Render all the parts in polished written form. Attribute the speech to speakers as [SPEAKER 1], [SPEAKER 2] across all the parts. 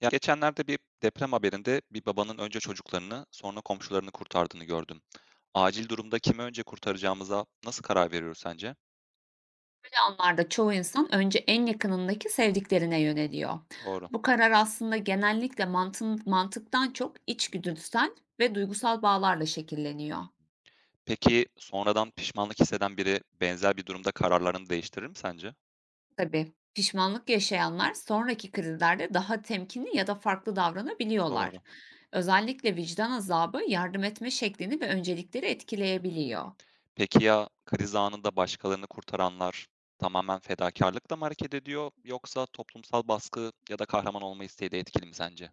[SPEAKER 1] Ya geçenlerde bir deprem haberinde bir babanın önce çocuklarını, sonra komşularını kurtardığını gördüm. Acil durumda kimi önce kurtaracağımıza nasıl karar veriyoruz sence?
[SPEAKER 2] Böyle anlarda çoğu insan önce en yakınındaki sevdiklerine
[SPEAKER 1] Hı,
[SPEAKER 2] yöneliyor.
[SPEAKER 1] doğru.
[SPEAKER 2] Bu karar aslında genellikle mantıktan çok içgüdüsel ve duygusal bağlarla şekilleniyor.
[SPEAKER 1] Peki sonradan pişmanlık hisseden biri benzer bir durumda kararlarını değiştirir mi sence?
[SPEAKER 2] Tabii
[SPEAKER 1] Hı,
[SPEAKER 2] pişmanlık yaşayanlar sonraki krizlerde daha temkinli ya da farklı davranabiliyorlar.
[SPEAKER 1] doğru.
[SPEAKER 2] Özellikle vicdan azabı yardım etme şeklini ve öncelikleri
[SPEAKER 1] Hı.
[SPEAKER 2] etkileyebiliyor.
[SPEAKER 1] Peki ya kriz anında başkalarını kurtaranlar tamamen fedakarlıkla mı hareket ediyor yoksa toplumsal baskı ya da kahraman olma isteği de etkili mi sence?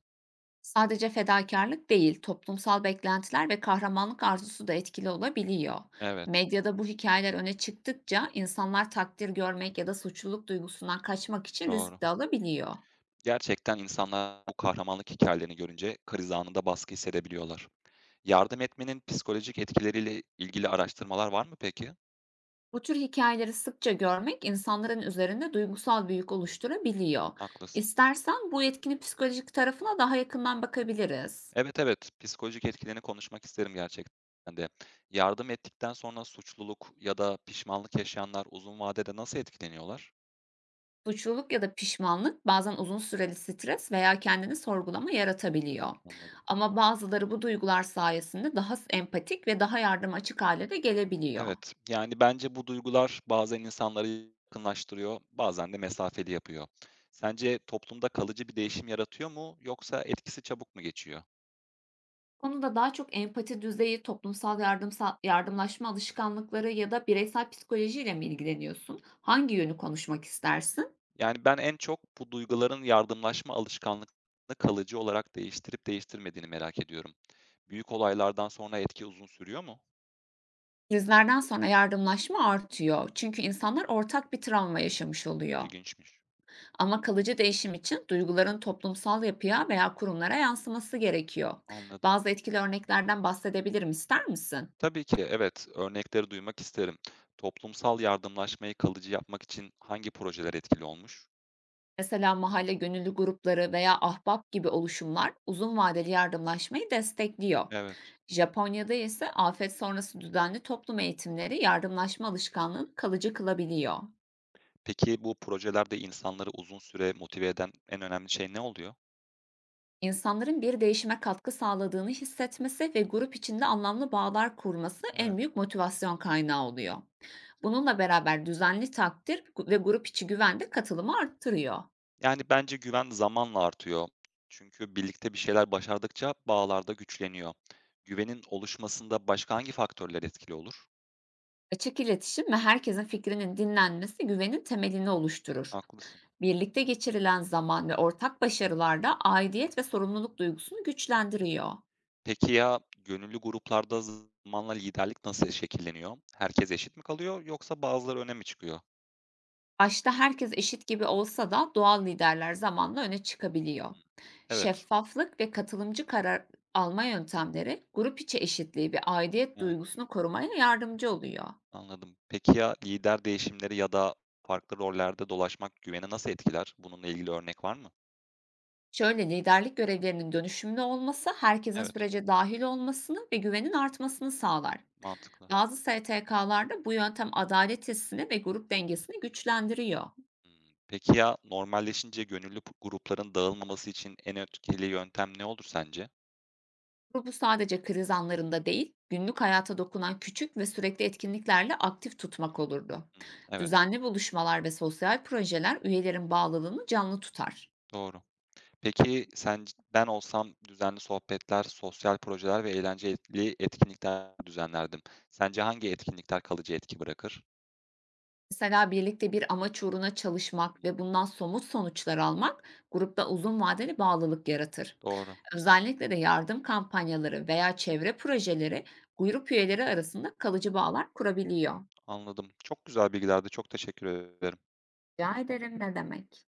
[SPEAKER 2] Sadece fedakarlık değil, toplumsal beklentiler ve kahramanlık arzusu da etkili olabiliyor.
[SPEAKER 1] Evet,
[SPEAKER 2] Medyada bu hikayeler öne çıktıkça insanlar takdir görmek ya da suçluluk duygusundan kaçmak için
[SPEAKER 1] doğru.
[SPEAKER 2] risk de alabiliyor.
[SPEAKER 1] Gerçekten insanlar bu kahramanlık hikâyelerini görünce kriz anında baskı hissedebiliyorlar. Yardım etmenin psikolojik etkileriyle ilgili araştırmalar var mı peki?
[SPEAKER 2] Bu tür hikayeleri sıkça görmek insanların üzerinde duygusal bir yük oluşturabiliyor.
[SPEAKER 1] Haklısın.
[SPEAKER 2] İstersen bu etkinin psikolojik tarafına daha yakından bakabiliriz.
[SPEAKER 1] Evet, evet, psikolojik etkilerini konuşmak isterim gerçekten de. Yardım ettikten sonra suçluluk ya da pişmanlık yaşayanlar uzun vadede nasıl etkileniyorlar?
[SPEAKER 2] Suçluluk ya da pişmanlık bazen uzun süreli stres veya kendini sorgulama yaratabiliyor.
[SPEAKER 1] Anladım.
[SPEAKER 2] Ama bazıları bu duygular sayesinde daha empatik ve daha yardıma açık hale de gelebiliyor.
[SPEAKER 1] Evet, yani bence bu duygular bazen insanları yakınlaştırıyor, bazen de mesafeli yapıyor. Sence toplumda kalıcı bir değişim yaratıyor mu yoksa etkisi çabuk mu geçiyor?
[SPEAKER 2] Konuda daha çok empati düzeyi, toplumsal yardım, yardımlaşma alışkanlıkları ya da bireysel psikolojiyle mi
[SPEAKER 1] Hı
[SPEAKER 2] ilgileniyorsun?
[SPEAKER 1] hı.
[SPEAKER 2] Hangi yönü konuşmak istersin?
[SPEAKER 1] Yani, ben en çok bu duyguların yardımlaşma alışkanlığını kalıcı olarak değiştirip değiştirmediğini merak ediyorum. Büyük olaylardan sonra etki uzun sürüyor mu?
[SPEAKER 2] Krizlerden sonra yardımlaşma artıyor, çünkü insanlar ortak bir travma yaşamış oluyor.
[SPEAKER 1] İlginçmiş.
[SPEAKER 2] Ama kalıcı değişim için duyguların toplumsal yapıya veya kurumlara yansıması gerekiyor.
[SPEAKER 1] Anladım.
[SPEAKER 2] Bazı etkili örneklerden bahsedebilirim, ister misin?
[SPEAKER 1] Tabii ki, evet. Örnekleri duymak isterim. Toplumsal yardımlaşmayı kalıcı yapmak için hangi projeler etkili olmuş?
[SPEAKER 2] Mesela mahalle gönüllü grupları veya ahbap gibi oluşumlar uzun vadeli yardımlaşmayı destekliyor.
[SPEAKER 1] Evet.
[SPEAKER 2] Japonya'da ise afet sonrası düzenli toplum eğitimleri yardımlaşma alışkanlığını kalıcı kılabiliyor.
[SPEAKER 1] Hımm. Peki bu projelerde insanları uzun süre motive eden en önemli şey ne oluyor?
[SPEAKER 2] İnsanların bir değişime katkı sağladığını
[SPEAKER 1] Hı,
[SPEAKER 2] hissetmesi ve grup içinde anlamlı bağlar kurması en
[SPEAKER 1] evet.
[SPEAKER 2] büyük motivasyon kaynağı oluyor. Bununla beraber düzenli takdir ve grup içi güven de katılımı arttırıyor.
[SPEAKER 1] Yani, bence güven zamanla artıyor. Çünkü birlikte bir şeyler başardıkça bağlar da güçleniyor. Güvenin oluşmasında başka hangi faktörler etkili olur?
[SPEAKER 2] Açık iletişim ve herkesin fikrinin dinlenmesi güvenin temelini oluşturur.
[SPEAKER 1] Haklısın.
[SPEAKER 2] Birlikte geçirilen zaman ve ortak başarılar da aidiyet ve sorumluluk duygusunu güçlendiriyor.
[SPEAKER 1] Peki ya gönüllü gruplarda zamanla liderlik nasıl şekilleniyor? Herkes eşit mi kalıyor yoksa bazıları öne mi çıkıyor?
[SPEAKER 2] Başta herkes eşit gibi olsa da doğal liderler zamanla öne çıkabiliyor.
[SPEAKER 1] Hı. Evet,
[SPEAKER 2] Şeffaflık ve katılımcı karar alma yöntemleri grup içi eşitliği ve aidiyet
[SPEAKER 1] evet,
[SPEAKER 2] duygusunu korumaya yardımcı oluyor.
[SPEAKER 1] anladım. Peki ya lider değişimleri ya da farklı rollerde dolaşmak güveni nasıl etkiler? Bununla ilgili örnek var mı?
[SPEAKER 2] Şöyle, liderlik görevlerinin dönüşümlü olması herkesin
[SPEAKER 1] Evet,
[SPEAKER 2] sürece dahil olmasını ve güvenin artmasını sağlar.
[SPEAKER 1] mantıklı.
[SPEAKER 2] Bazı STK'larda bu yöntem adalet hissini ve grup dengesini güçlendiriyor.
[SPEAKER 1] Hımm. Peki ya normalleşince gönüllü grupların dağılmaması için en etkili yöntem ne olur sence?
[SPEAKER 2] Grubu sadece kriz anlarında değil, günlük hayata dokunan küçük ve sürekli etkinliklerle aktif tutmak olurdu.
[SPEAKER 1] Hımm, evet,
[SPEAKER 2] Düzenli buluşmalar ve sosyal projeler üyelerin bağlılığını canlı tutar.
[SPEAKER 1] doğru. Peki ben olsam düzenli sohbetler, sosyal projeler ve eğlenceli etkinlikler düzenlerdim. Sence hangi etkinlikler kalıcı etki bırakır?
[SPEAKER 2] Mesela birlikte bir amaç uğruna çalışmak
[SPEAKER 1] Hımm,
[SPEAKER 2] ve bundan somut sonuçlar almak grupta uzun vadeli bağlılık yaratır.
[SPEAKER 1] doğru,
[SPEAKER 2] Özellikle de yardım kampanyaları veya çevre projeleri grup üyeleri arasında kalıcı bağlar kurabiliyor.
[SPEAKER 1] anladım. Çok güzel bilgilerdi, çok teşekkür ederim.
[SPEAKER 2] Rica ederim, ne demek?